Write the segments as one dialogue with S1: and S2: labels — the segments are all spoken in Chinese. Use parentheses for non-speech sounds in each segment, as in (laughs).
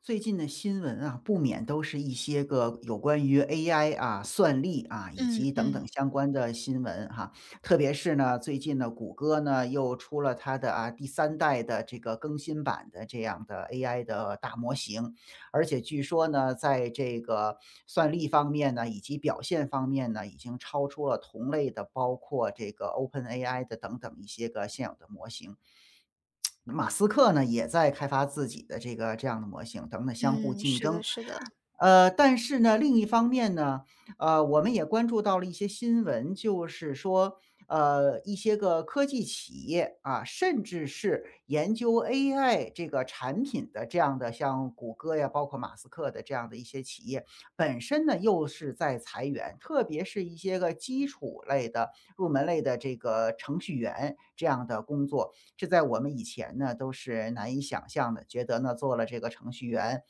S1: 最近的新闻啊，不免都是一些个有关于 AI 啊、算力啊，以
S2: 嗯
S1: 及等等
S2: 嗯
S1: 相关的新闻哈。特别是呢，最近呢，谷歌呢又出了它的啊第三代的这个更新版的这样的 AI 的大模型，而且据说呢，在这个算力方面呢，以及表现方面呢，已经超出了同类的，包括这个 OpenAI 的等等一些个现有的模型。马斯克呢，也在开发自己的这个这样的模型，等等相互
S2: 嗯，
S1: 竞
S2: 是的
S1: 争。
S2: 是的，
S1: 但是呢，另一方面呢，我们也关注到了一些新闻，就是说，一些个科技企业啊，甚至是研究 AI 这个产品的这样的，像谷歌呀，包括马斯克的这样的一些企业，本身呢又是在裁员，特别是一些个基础类的、入门类的这个程序员这样的工作。这在我们以前呢都是难以想象的，觉得呢做了这个程序员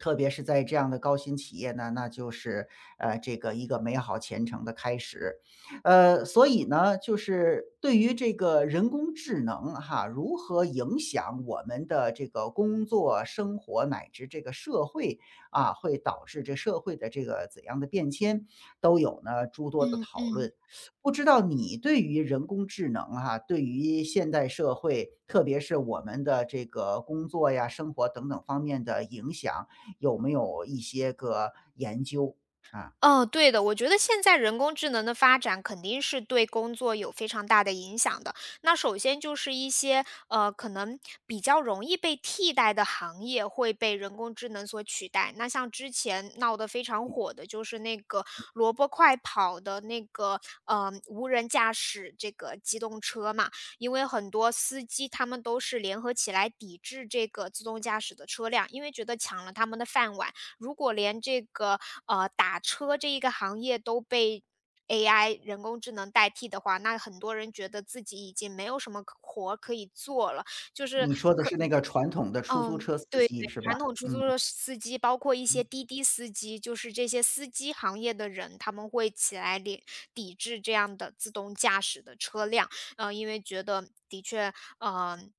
S1: 特别是在这样的高新企业呢，那就是，这个一个美好前程的开始。所以呢，就是对于这个人工智能哈，如何影响我们的这个工作、生活乃至这个社会啊，会导致这社会的这个怎样的变迁，都有呢诸多的
S2: 嗯
S1: 讨论。
S2: 嗯。
S1: 不知道你对于人工智能哈，对于现代社会，特别是我们的这个工作呀、生活等等方面的影响，有没有一些个研究？啊，
S2: 嗯，对的，我觉得现在人工智能的发展肯定是对工作有非常大的影响的。那首先就是一些可能比较容易被替代的行业会被人工智能所取代。那像之前闹得非常火的，就是那个萝卜快跑的那个无人驾驶这个机动车嘛，因为很多司机他们都是联合起来抵制这个自动驾驶的车辆，因为觉得抢了他们的饭碗。如果连这个打车这一个行业都被 AI 人工智能代替的话，那很多人觉得自己已经没有什么可活可以做了。就是
S1: 你说的是那个传统的出租
S2: 嗯，
S1: 车司
S2: 对对，
S1: 机是吧？
S2: 传统出租
S1: 嗯。
S2: 车司机，包括一些滴滴司机，就是这些司机行业的人，他们会起来抵制这样的自动驾驶的车辆。因为觉得的确，嗯，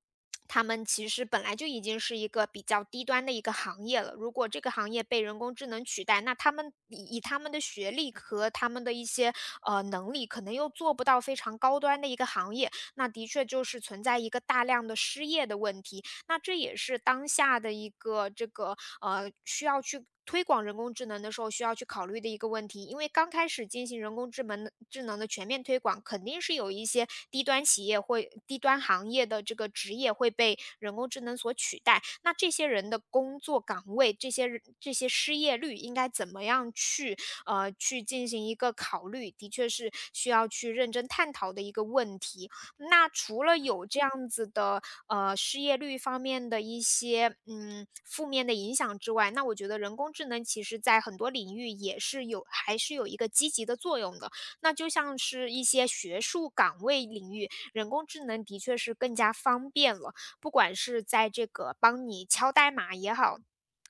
S2: 他们其实本来就已经是一个比较低端的一个行业了。如果这个行业被人工智能取代，那他们以他们的学历和他们的一些能力，可能又做不到非常高端的一个行业，那的确就是存在一个大量的失业的问题。那这也是当下的一个这个需要去推广人工智能的时候，需要去考虑的一个问题，因为刚开始进行人工智能的全面推广，肯定是有一些低端企业或低端行业的这个职业会被人工智能所取代。那这些人的工作岗位，这些人这些失业率应该怎么样去进行一个考虑，的确是需要去认真探讨的一个问题。那除了有这样子的，失业率方面的一些，负面的影响之外，那我觉得人工智能其实在很多领域也是还是有一个积极的作用的。那就像是一些学术岗位领域，人工智能的确是更加方便了，不管是在这个帮你敲代码也好，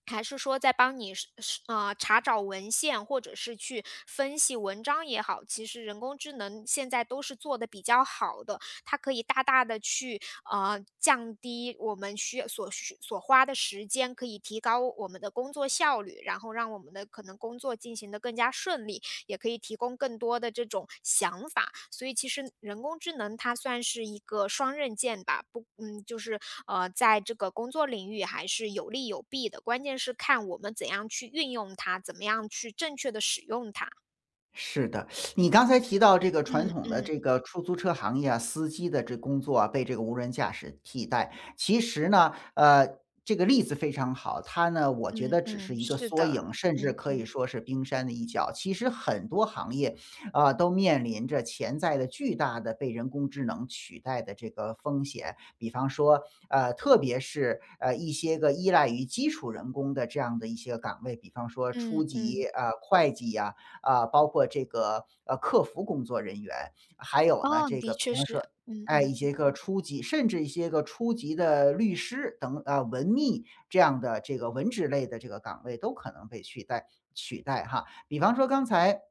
S2: 还是说在帮你查找文献，或者是去分析文章也好，其实人工智能现在都是做的比较好的，它可以大大的去，降低我们需要所需所花的时间，可以提高我们的工作效率，然后让我们的可能工作进行的更加顺利。也可以提供更多的这种想法。所以其实人工智能它算是一个双刃剑吧，不，就是在这个工作领域还是有利有弊的，关键是看我们怎样去运用它，怎么样去正确的使用它。
S1: 是的，你刚才提到这个传
S2: 嗯
S1: 统的
S2: 嗯
S1: 这个出租车行业啊，司机的这工作啊，被这个无人驾驶替代。其实呢，这个例子非常好，它呢，我觉
S2: 嗯
S1: 得只是
S2: 嗯，
S1: 一个
S2: 是
S1: 缩
S2: 的，
S1: 影，甚至
S2: 嗯
S1: 可以
S2: 嗯
S1: 说是冰山的一角。其实很多行业啊，都面临着潜在的巨大的被人工智能取代的这个风险。比方说，特别是一些个依赖于基础人工的这样的一些个岗位，比方说初
S2: 嗯
S1: 级
S2: 嗯，
S1: 啊、会计呀、啊，包括这个客服工作人员，还有呢
S2: 哦，
S1: 这个
S2: 的
S1: 比
S2: 确
S1: 方说，
S2: 是，嗯
S1: 哎，一
S2: 嗯
S1: 些个初级，甚至一些个初级的律师等啊、文秘这样的这个文职类的这个岗位都可能被取代哈。比方说刚才。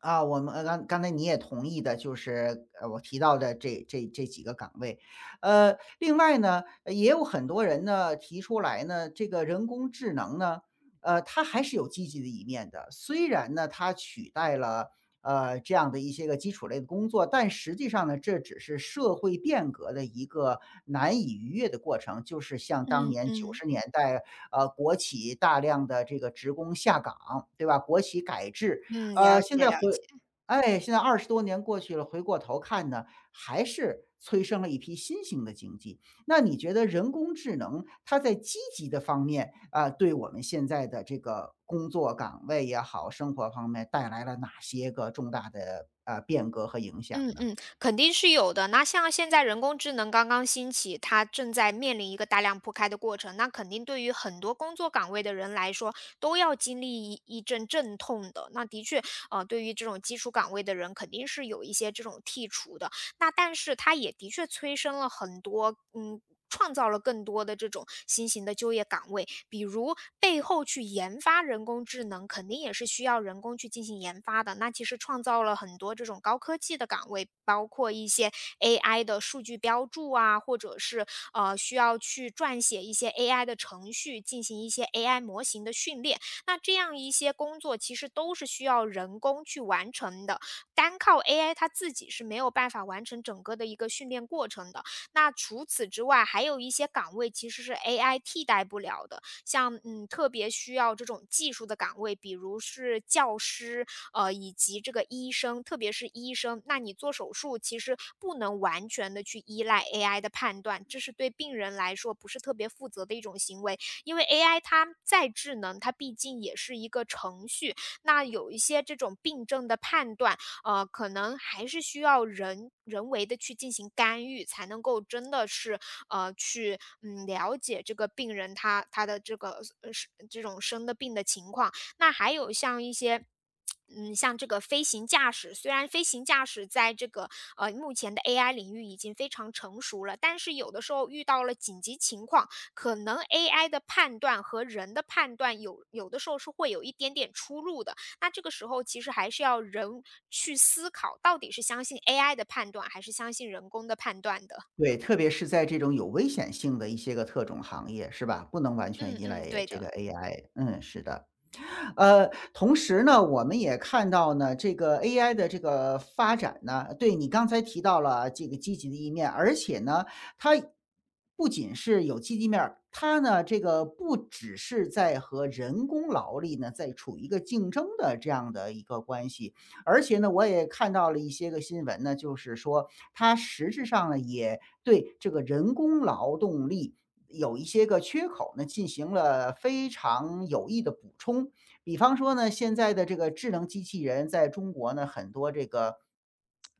S1: 啊，我们刚刚才你也同意的，就是我提到的这几个岗位，另外呢，也有很多人呢提出来呢，这个人工智能呢，它还是有积极的一面的。虽然呢，它取代了这样的一些个基础类的工作，但实际上呢，这只是社会变革的一个难以逾越的过程。就是像当
S2: 嗯
S1: 年九
S2: 嗯
S1: 十年代，国企大量的这个职工下岗，对吧？国企改制，
S2: 嗯，了
S1: 现
S2: 解
S1: 在回
S2: 了解。
S1: 哎，现在二十多年过去了，回过头看呢，还是催生了一批新型的经济。那你觉得人工智能它在积极的方面，啊，对我们现在的这个工作岗位也好，生活方面带来了哪些个重大的，啊变革和影响
S2: 嗯
S1: 呢？
S2: 嗯，肯定是有的。那像现在人工智能刚刚兴起，它正在面临一个大量铺开的过程，那肯定对于很多工作岗位的人来说，都要经历一阵阵痛的。那的确，对于这种基础岗位的人，肯定是有一些这种剔除的。那但是它也的确催生了很多，创造了更多的这种新型的就业岗位。比如背后去研发人工智能，肯定也是需要人工去进行研发的。那其实创造了很多这种高科技的岗位，包括一些 AI 的数据标注啊，或者是需要去撰写一些 AI 的程序，进行一些 AI 模型的训练。那这样一些工作其实都是需要人工去完成的。单靠 AI 它自己是没有办法完成整个的一个训练过程的。那除此之外，还有一些岗位其实是 AI 替代不了的，像特别需要这种技术的岗位，比如是教师，以及这个医生，特别是医生，那你做手术其实不能完全的去依赖 AI 的判断，这是对病人来说不是特别负责的一种行为，因为 AI 它再智能，它毕竟也是一个程序，那有一些这种病症的判断，可能还是需要人为的去进行干预，才能够真的是去了解这个病人他的这个是这种生的病的情况。那还有像一些。像这个飞行驾驶，虽然飞行驾驶在这个目前的 AI 领域已经非常成熟了，但是有的时候遇到了紧急情况，可能 AI 的判断和人的判断有的时候是会有一点点出入的。那这个时候其实还是要人去思考，到底是相信 AI 的判断，还是相信人工的判断的。
S1: 对，特别是在这种有危险性的一些个特种行业，是吧？不能完全
S2: 嗯
S1: 依
S2: 嗯，
S1: 赖
S2: 对
S1: 这个
S2: 的，
S1: AI，嗯，是的。同时呢，我们也看到呢，这个 AI 的这个发展呢，对你刚才提到了这个积极的一面，而且呢，它不仅是有积极面儿它呢，这个不只是在和人工劳力呢，在处于一个竞争的这样的一个关系，而且呢，我也看到了一些个新闻呢，就是说它实质上呢，也对这个人工劳动力有一些个缺口呢，进行了非常有益的补充。比方说呢，现在的这个智能机器人在中国呢，很多这个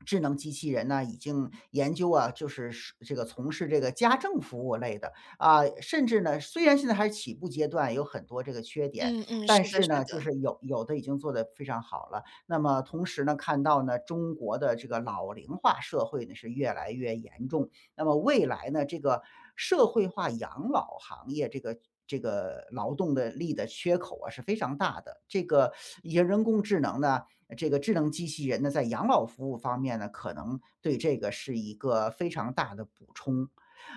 S1: 智能机器人呢，已经研究啊，就是这个从事这个家政服务类的啊，甚至呢，虽然现在还是起步阶段，有很多这个缺点，
S2: 嗯嗯，是
S1: 但
S2: 的，
S1: 是
S2: 是
S1: 呢，就
S2: 的。
S1: 是有的已经做得非常好了。那么同时呢，看到呢，中国的这个老龄化社会呢是越来越严重，那么未来呢，这个社会化养老行业这个这个劳动的力的缺口啊是非常大的。这个一些人工智能呢，这个智能机器人呢，在养老服务方面呢，可能对这个是一个非常大的补充。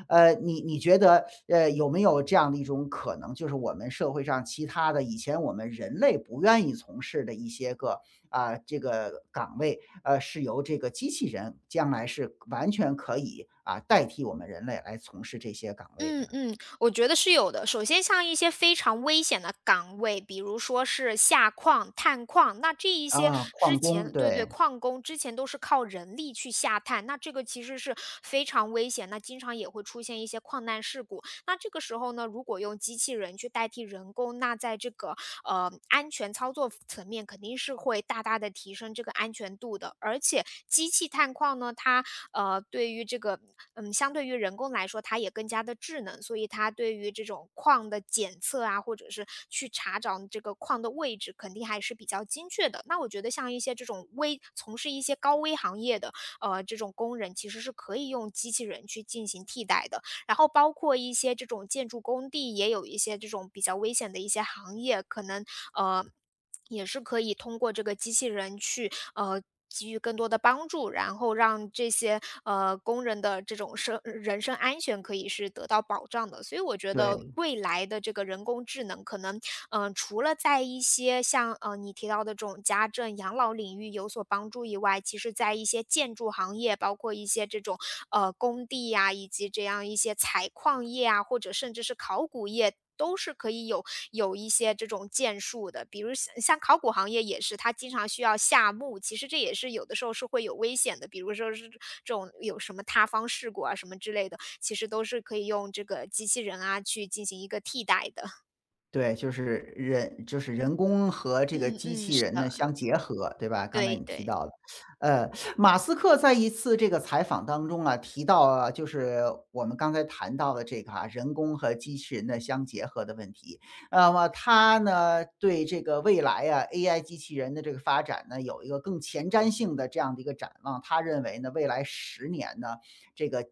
S1: 你觉得有没有这样的一种可能，就是我们社会上其他的以前我们人类不愿意从事的一些个啊、这个岗位，是由这个机器人将来是完全可以，啊，代替我们人类来从事这些岗位的。
S2: 嗯嗯，我觉得是有的。首先，像一些非常危险的岗位，比如说是下矿、探矿，那这一
S1: 啊，
S2: 些之
S1: 矿工，
S2: 前，对对，
S1: 对，
S2: 矿工之前都是靠人力去下探，那这个其实是非常危险，那经常也会出现一些矿难事故。那这个时候呢，如果用机器人去代替人工，那在这个安全操作层面肯定是会大大的提升这个安全度的。而且机器探矿呢，它呃对于这个嗯相对于人工来说，它也更加的智能，所以它对于这种矿的检测啊，或者是去查找这个矿的位置，肯定还是比较精确的。那我觉得像一些这种从事一些高危行业的这种工人，其实是可以用机器人去进行替代的。然后包括一些这种建筑工地，也有一些这种比较危险的一些行业，可能呃也是可以通过这个机器人给予更多的帮助，然后让这些工人的这种身安全可以是得到保障的。所以我觉得
S1: 对。
S2: 未来的这个人工智能，可能除了在一些像你提到的这种家政、养老领域有所帮助以外，其实在一些建筑行业，包括一些这种工地呀、以及这样一些采矿业啊，或者甚至是考古业。都是可以有一些这种建树的，比如像考古行业也是，它经常需要下墓，其实这也是有的时候是会有危险的，比如说是这种有什么塌方事故啊什么之类的，其实都是可以用这个机器人啊去进行一个替代的。
S1: 对，就是人工和这个
S2: 嗯
S1: 机
S2: 嗯，
S1: 器
S2: 是
S1: 人呢
S2: 的，
S1: 相结合，对吧？刚才
S2: 对
S1: 你提
S2: 对，
S1: 到了，呃，马斯克在一次这个采访当中啊，提到了就是我们刚才谈到的这个啊，人工和机器人的相结合的问题。那么他呢，对这个未来啊，AI 机器人的这个发展呢，有一个更前瞻性的这样的一个展望。他认为呢，未来十年呢，这个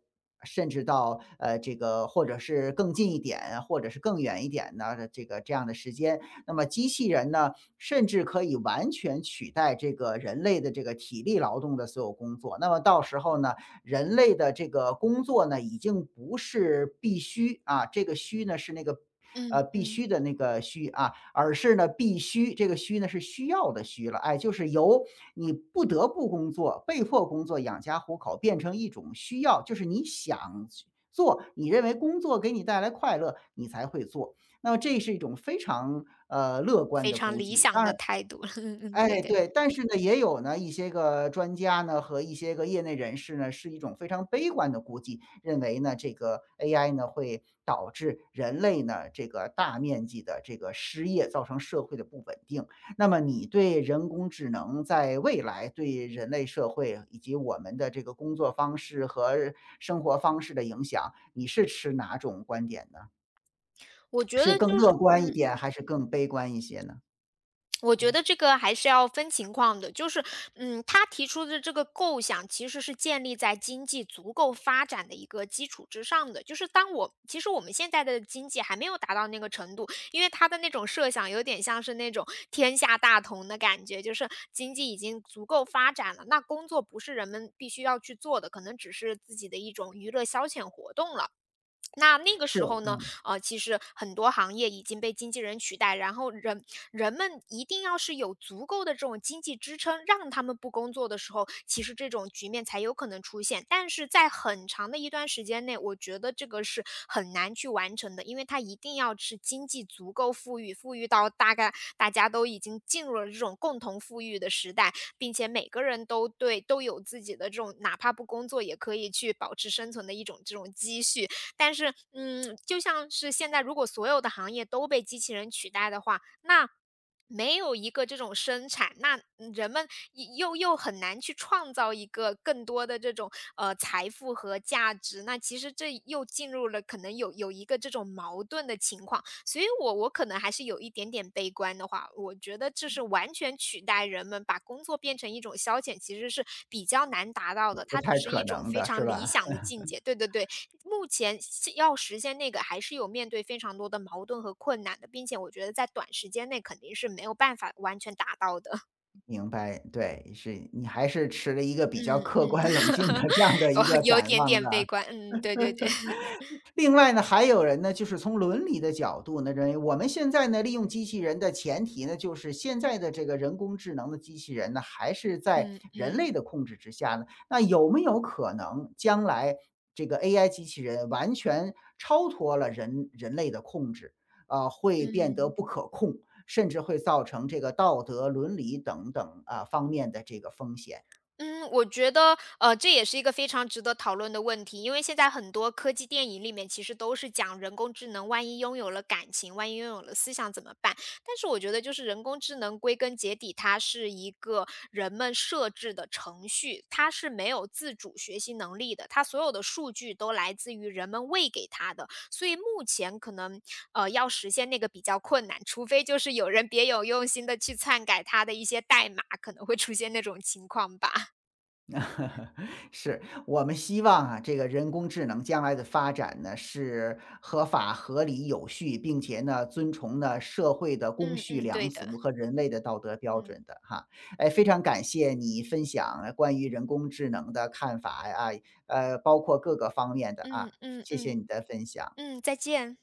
S1: 甚至到这个或者是更近一点，或者是更远一点的这个这样的时间。那么机器人呢，甚至可以完全取代这个人类的这个体力劳动的所有工作。那么到时候呢，人类的这个工作呢，已经不是必须啊，这个需呢是那个。
S2: 嗯
S1: 必
S2: 嗯。
S1: 须的那个需啊，而是呢必须，这个需呢是需要的需了，哎，就是由你不得不工作、被迫工作养家糊口，变成一种需要，就是你想做，你认为工作给你带来快乐，你才会做。那么这是一种非常乐观
S2: 非
S1: 的
S2: 常
S1: 估
S2: 理
S1: 计，
S2: 想
S1: 当
S2: 的
S1: 然。
S2: 态度，(laughs) 嗯嗯，对
S1: 哎，
S2: 对。
S1: 对，但是呢，也有呢一些个专家呢和一些个业内人士呢，是一种非常悲观的估计，认为呢这个 AI 呢会导致人类呢这个大面积的这个失业，造成社会的不稳定。那么你对人工智能在未来对人类社会以及我们的这个工作方式和生活方式的影响，你是持哪种观点呢？
S2: 我觉
S1: 是
S2: 得
S1: 更
S2: 就
S1: 乐
S2: 是
S1: 观一
S2: 嗯，
S1: 点，还是更悲观一些呢？
S2: 我觉
S1: 嗯，
S2: 得这个还是要分情况的，就是，他提出的这个构想其实是建立在经济足够发展的一个基础之上的。就是其实我们现在的经济还没有达到那个程度，因为他的那种设想有点像是那种天下大同的感觉，就是经济已经足够发展了，那工作不是人们必须要去做的，可能只是自己的一种娱乐消遣活动了。那那个
S1: 是，
S2: 时候呢，
S1: 嗯，
S2: 其实很多行业已经被经纪人取代，然后人们一定要是有足够的这种经济支撑，让他们不工作的时候，其实这种局面才有可能出现。但是在很长的一段时间内，我觉得这个是很难去完成的，因为它一定要是经济足够富裕，富裕到大概大家都已经进入了这种共同富裕的时代，并且每个人都有自己的这种哪怕不工作也可以去保持生存的一种这种积蓄，但是，就像是现在如果所有的行业都被机器人取代的话，那没有一个这种生产，那人们又很难去创造一个更多的这种财富和价值。那其实这又进入了可能有一个这种矛盾的情况。所以我可能还是有一点点悲观的话，我觉得这是完全取代人们把工作变成一种消遣，其实是比较难达到的，
S1: 不
S2: 它
S1: 太
S2: 只是
S1: 可
S2: 一种
S1: 能
S2: 非
S1: 的是
S2: 常理
S1: 吧？
S2: 想的境界。对对对，目前是要实现那个还是有面对非常多的矛盾和困难的，并且我觉得在短时间内肯定是没有办法完全达到的。
S1: 明白，对，是你还是持了一个比较
S2: 嗯，
S1: 客观冷静的
S2: (laughs)
S1: 这样的一个
S2: 有
S1: 展
S2: 点
S1: 望
S2: 点悲
S1: 的。
S2: 观，嗯，对对对，(laughs)
S1: 另外呢，还有人呢，就是从伦理的角度呢，认为我们现在呢，利用机器人的前提呢，就是现在的这个人工智能的机器人呢，还是在
S2: 嗯
S1: 人
S2: 嗯
S1: 类的控制之下呢。那有没有可能将来这个 AI 机器人完全超脱了人类的控制，啊、会变得
S2: 嗯。
S1: 不可控？甚至会造成这个道德、伦理等等啊方面的这个风险。
S2: 嗯，我觉得，这也是一个非常值得讨论的问题，因为现在很多科技电影里面其实都是讲人工智能，万一拥有了感情，万一拥有了思想怎么办？但是我觉得，就是人工智能归根结底，它是一个人们设置的程序，它是没有自主学习能力的，它所有的数据都来自于人们喂给它的，所以目前可能，要实现那个比较困难，除非就是有人别有用心的去篡改它的一些代码，可能会出现那种情况吧。
S1: (laughs) 是，我们希望啊，这个人工智能将来的发展呢，是合法、合理、有序，并且呢，遵从呢社会的公
S2: 嗯
S1: 序
S2: 嗯，
S1: 良
S2: 对
S1: 俗
S2: 的，
S1: 和人类的道德标
S2: 嗯，
S1: 准的哈。哎，非常感谢你分享关于人工智能的看法呀，啊包括各个方面的啊，
S2: 嗯嗯
S1: 谢谢
S2: 嗯，
S1: 你的分享。
S2: 嗯，再见。